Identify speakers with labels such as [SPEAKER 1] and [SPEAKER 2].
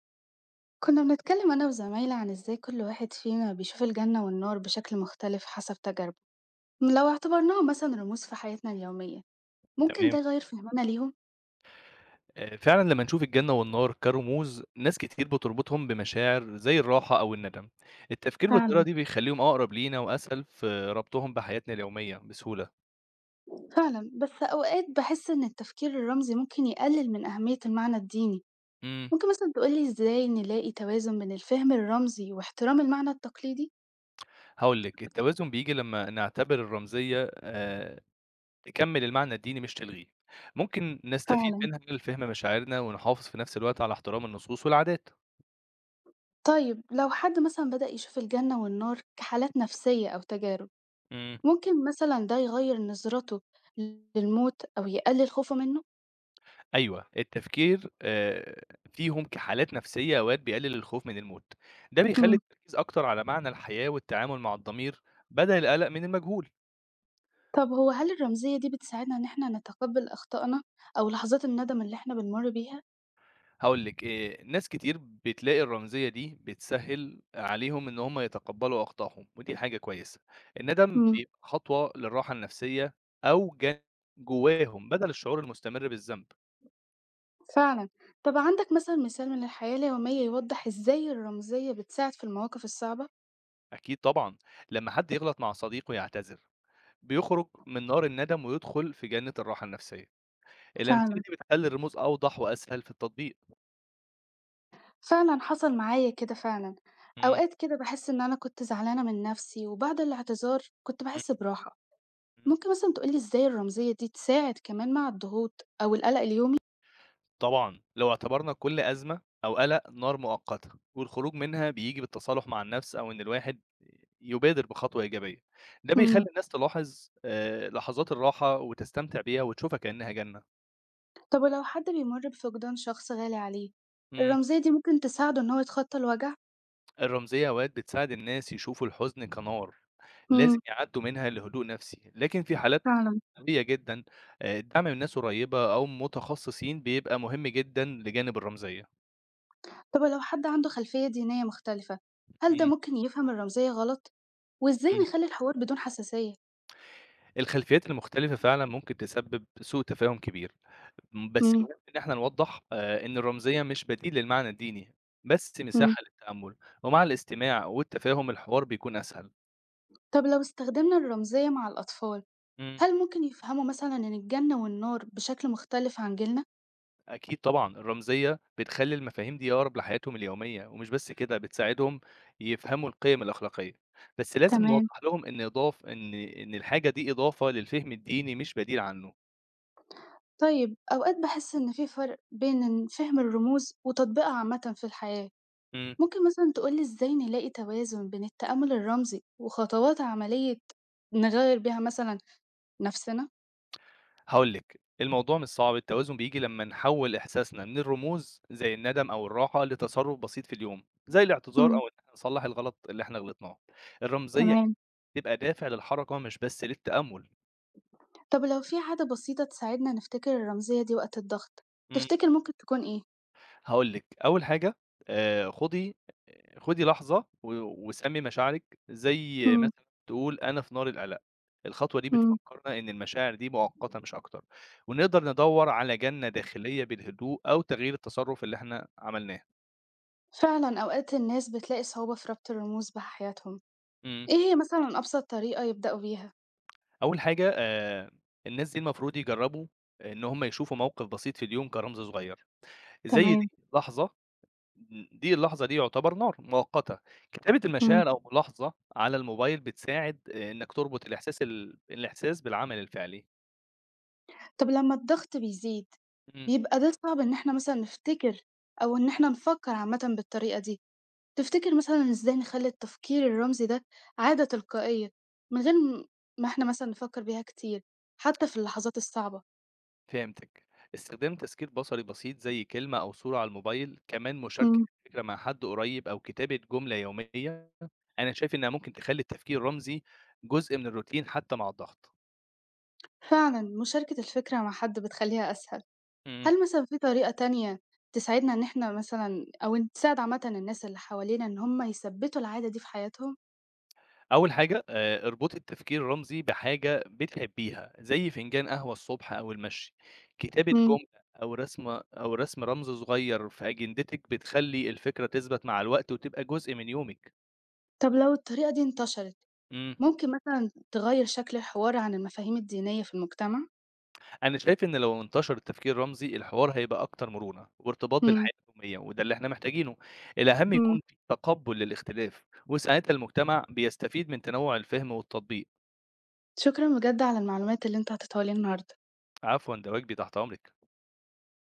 [SPEAKER 1] كنا بنتكلم أنا وزمايلي عن إزاي كل واحد فينا بيشوف الجنة والنار بشكل مختلف حسب تجاربه. لو اعتبرناهم مثلا رموز في حياتنا اليومية، ممكن
[SPEAKER 2] تمام.
[SPEAKER 1] ده يغير فهمنا ليهم؟
[SPEAKER 2] فعلًا لمّا نشوف الجنة والنار كرموز، ناس كتير بتربطهم بمشاعر زي الراحة أو الندم. التفكير بالطريقة
[SPEAKER 1] فعلا،
[SPEAKER 2] دي بيخلّيهم أقرب لينا وأسهل في ربطهم بحياتنا اليومية بسهولة.
[SPEAKER 1] فعلا بس أوقات بحس إن التفكير الرمزي ممكن يقلل من أهمية المعنى الديني.
[SPEAKER 2] إمم،
[SPEAKER 1] ممكن مثلا تقولي إزاي نلاقي توازن بين الفهم الرمزي واحترام المعنى التقليدي؟
[SPEAKER 2] هاقول لِك، التوازن بييجي لمّا نعتبر الرمزية تكمّل المعنى الديني مش تلغيه. ممكن نستفيد
[SPEAKER 1] فعلا.
[SPEAKER 2] منها لفهم مشاعرنا ونحافظ في نفس الوقت على احترام النصوص والعادات.
[SPEAKER 1] طيب لو حد مثلا بدأ يشوف الجنة والنار كحالات نفسية أو تجارب،
[SPEAKER 2] إمم.
[SPEAKER 1] ممكن مثلا ده يغير نظرته للموت أو يقلل خوفه منه؟
[SPEAKER 2] أيوه، التفكير فيهم كحالات نفسية أوقات بيقلل الخوف من الموت، ده بيخلّي
[SPEAKER 1] إمم.
[SPEAKER 2] التركيز أكتر على معنى الحياة والتعامل مع الضمير بدل القلق من المجهول.
[SPEAKER 1] طب هو هل الرمزية دي بتساعدنا إن إحنا نتقبّل أخطائنا أو لحظات الندم اللي إحنا بنمُر بيها؟
[SPEAKER 2] هاقول لِك، ناس كتير بتلاقي الرمزية دي بتسهّل عليهم إن هم يتقبّلوا أخطائهم، ودي حاجة كويسة، الندم
[SPEAKER 1] إمم،
[SPEAKER 2] بيبقى خطوة للراحة النفسية أو جواهم بدل الشعور المستمر بالذنب.
[SPEAKER 1] فعلًا. طب عندك مثلًا مثال من الحياة اليومية يوضّح إزاي الرمزية بتساعد في المواقف الصعبة؟
[SPEAKER 2] أكيد طبعًا، لمّا حد يغلط مع صديق ويعتذر، بيخرج من نار الندم ويدخل في جنة الراحة النفسية. الأمثلة
[SPEAKER 1] فعلًا.
[SPEAKER 2] دي بتخلّي الرموز أوضح وأسهل في التطبيق.
[SPEAKER 1] فعلًا حصل معايا كده فعلًا.
[SPEAKER 2] إمم.
[SPEAKER 1] أوقات كده باحس إن أنا كنت زعلانة من نَفْسي وبعد الاعتذار كنت
[SPEAKER 2] إمم.
[SPEAKER 1] باحس براحة.
[SPEAKER 2] إمم.
[SPEAKER 1] ممكن مثلًا تقول لي إزاي الرمزية دي تساعد كمان مع الضغوط أو القَلَق اليومي؟
[SPEAKER 2] طبعًا. لو اعتبرنا كل أزمة أو قلق نار مؤقتة، والخروج منها بييجي بالتصالح مع النفس أو إن الواحد يبادر بخطوة إيجابية، ده
[SPEAKER 1] إمم.
[SPEAKER 2] بيخلّي الناس تلاحظ لحظات الراحة وتستمتع بيها وتشوفها كأنها جنة.
[SPEAKER 1] طب ولو حد بيمر بفقدان شخص غالي عليه،
[SPEAKER 2] إمم.
[SPEAKER 1] الرمزية دي ممكن تساعده إن هو يتخطى الوجع؟
[SPEAKER 2] الرمزية أوقات بتساعد الناس يشوفوا الحزن كنار لازم
[SPEAKER 1] امم،
[SPEAKER 2] يعدّوا منها لهدوء نفسي، لكن في حالات
[SPEAKER 1] فعلا.
[SPEAKER 2] قوية جدًا الدعم من ناس قريبة أو متخصصين بيبقى مهم جدًا لجانب الرمزية.
[SPEAKER 1] طب ولو حد عنده خلفية دينية مختلفة، هل ده
[SPEAKER 2] إمم.
[SPEAKER 1] ممكن يفهم الرمزية غلط؟ وإزاي
[SPEAKER 2] إمم.
[SPEAKER 1] نخلي الحوار بدون حساسية؟
[SPEAKER 2] الخلفيات المختلفة فعلًا ممكن تسبب سوء تفاهم كبير، بس
[SPEAKER 1] امم.
[SPEAKER 2] مهم إن إحنا نوضح إن الرمزية مش بديل للمعنى الديني، بس
[SPEAKER 1] امم.
[SPEAKER 2] مساحة للتأمل، ومع الاستماع والتفاهم الحوار بيكون أسهل.
[SPEAKER 1] طب لو استخدمنا الرمزية مع الأطفال،
[SPEAKER 2] إمم.
[SPEAKER 1] هل ممكن يفهموا مثلا إن الجنة والنار بشكل مختلف عن جيلنا؟
[SPEAKER 2] أكيد طبعًا، الرمزية بتخلّي المفاهيم دي أقرب لحياتهم اليومية، ومش بس كده بتساعدهم يفهموا القيم الأخلاقية، بس لازم
[SPEAKER 1] تمام.
[SPEAKER 2] نوضح لهم إن الحاجة دي إضافة للفهم الديني مش بديل عنه.
[SPEAKER 1] طيب أوقات بحس إن في فرق بين إن فهم الرموز وتطبيقها عامة في الحياة.
[SPEAKER 2] إمم.
[SPEAKER 1] ممكن مثلًا تقول لي إزاي نلاقي توازن بين التأمُّل الرمزي وخطوات عملية نغيّر بيها مثلًا نَفْسنا؟
[SPEAKER 2] هاقول لِك، الموضوع مش صعب، التوازن بييجي لمّا نحوّل إحساسنا من الرموز زي الندم أو الراحة لتصرُّف بسيط في اليوم، زي الاعتذار
[SPEAKER 1] إمم،
[SPEAKER 2] أو إن إحنا نصلّح الغلط اللي إحنا غلطناه. الرمزية
[SPEAKER 1] تمام.
[SPEAKER 2] بتبقى دافع للحركة مش بس للتأمُّل.
[SPEAKER 1] طَب لو في عادة بسيطة تساعدنا نفتكر الرمزية دي وقت الضغط،
[SPEAKER 2] إمم.
[SPEAKER 1] تفتكر ممكن تكون إيه؟
[SPEAKER 2] هاقول لِك، أول حاجة آآ خُدي خُدي لحظة وسمّي مشاعرِك، زي
[SPEAKER 1] إمم.
[SPEAKER 2] مثلًا تقول أنا في نار القلق. الخطوة دي
[SPEAKER 1] إمم.
[SPEAKER 2] بتفكّرنا إن المشاعر دي مؤقتة مش أكتر، ونقدر ندوّر على جنة داخلية بالهدوء أو تغيير التصرُّف اللي إحنا عملناه.
[SPEAKER 1] فعلًا أوقات الناس بتلاقي صعوبة في ربط الرموز بحياتهم،
[SPEAKER 2] إمم.
[SPEAKER 1] إيه هي مثلًا أبسط طريقة يبدأوا بيها؟
[SPEAKER 2] أول حاجة الناس دي المفروض يجرّبوا إن هم يشوفوا موقف بسيط في اليوم كرمز صغير، زي
[SPEAKER 1] تمام،
[SPEAKER 2] لحظة دي اللحظة دي يعتبر نار مؤقتة، كتابة
[SPEAKER 1] إمم.
[SPEAKER 2] المشاعر أو ملاحظة على الموبايل بتساعد آه، إنك تربط الإحساس بالعمل الفعلي.
[SPEAKER 1] طَب لمّا الضغط بيزيد،
[SPEAKER 2] إمم.
[SPEAKER 1] بيبقى ده صعب إن إحنا مثلًا نفتكر أو إن إحنا نفكّر عامةً بالطريقة دي. تفتكر مثلًا إزاي نخلّي التفكير الرمزي ده عادة تلقائية، من غير م ما إحنا مثلًا نفكّر بيها كتير، حتى في اللحظات الصعبة؟
[SPEAKER 2] فهمتك. استخدام تذكير بصري بسيط زي كلمة أو صورة على الموبايل، كمان مشاركة
[SPEAKER 1] إمم.
[SPEAKER 2] الفكرة مع حد قريب أو كتابة جملة يومية، أنا شايف إنها ممكن تخلّي التفكير الرمزي جزء من الروتين حتى مع الضغط.
[SPEAKER 1] فعلًا مشاركة الفكرة مع حد بتخلّيها أسهل.
[SPEAKER 2] إمم.
[SPEAKER 1] هل مثلًا في طريقة تانية تساعدنا إن إحنا مثلًا أو إن تساعد عامةً الناس اللي حوالينا إن هم يثبّتوا العادة دي في حياتهم؟
[SPEAKER 2] أول حاجة اربطي التفكير الرمزي بحاجة بتحبيها، زي فنجان قهوة الصبح أو المشي، كتابة
[SPEAKER 1] إمم.
[SPEAKER 2] جملة أو رسم رمز صغير في أجندتِك بتخلّي الفكرة تثبت مع الوقت وتبقى جزء من يومِك.
[SPEAKER 1] طب لو الطريقة دي انتشرت،
[SPEAKER 2] إمم.
[SPEAKER 1] ممكن مثلًا تغيّر شكل الحوار عن المفاهيم الدينية في المجتمع؟
[SPEAKER 2] أنا شايف إن لو انتشر التفكير الرمزي، الحوار هيبقى أكتر مرونة وارتباط
[SPEAKER 1] إمم،
[SPEAKER 2] بالحياة اليومية، وده اللي إحنا محتاجينه. الأهم
[SPEAKER 1] إمم.
[SPEAKER 2] يكون في تقبُّل للاختلاف، وساعتها المجتمع بيستفيد من تنوع الفهم والتطبيق.
[SPEAKER 1] شكرًا بجد على المعلومات اللي أنت اعطيتها لي النهارده.
[SPEAKER 2] عفوًا، ده واجبي، تحت أمرِك.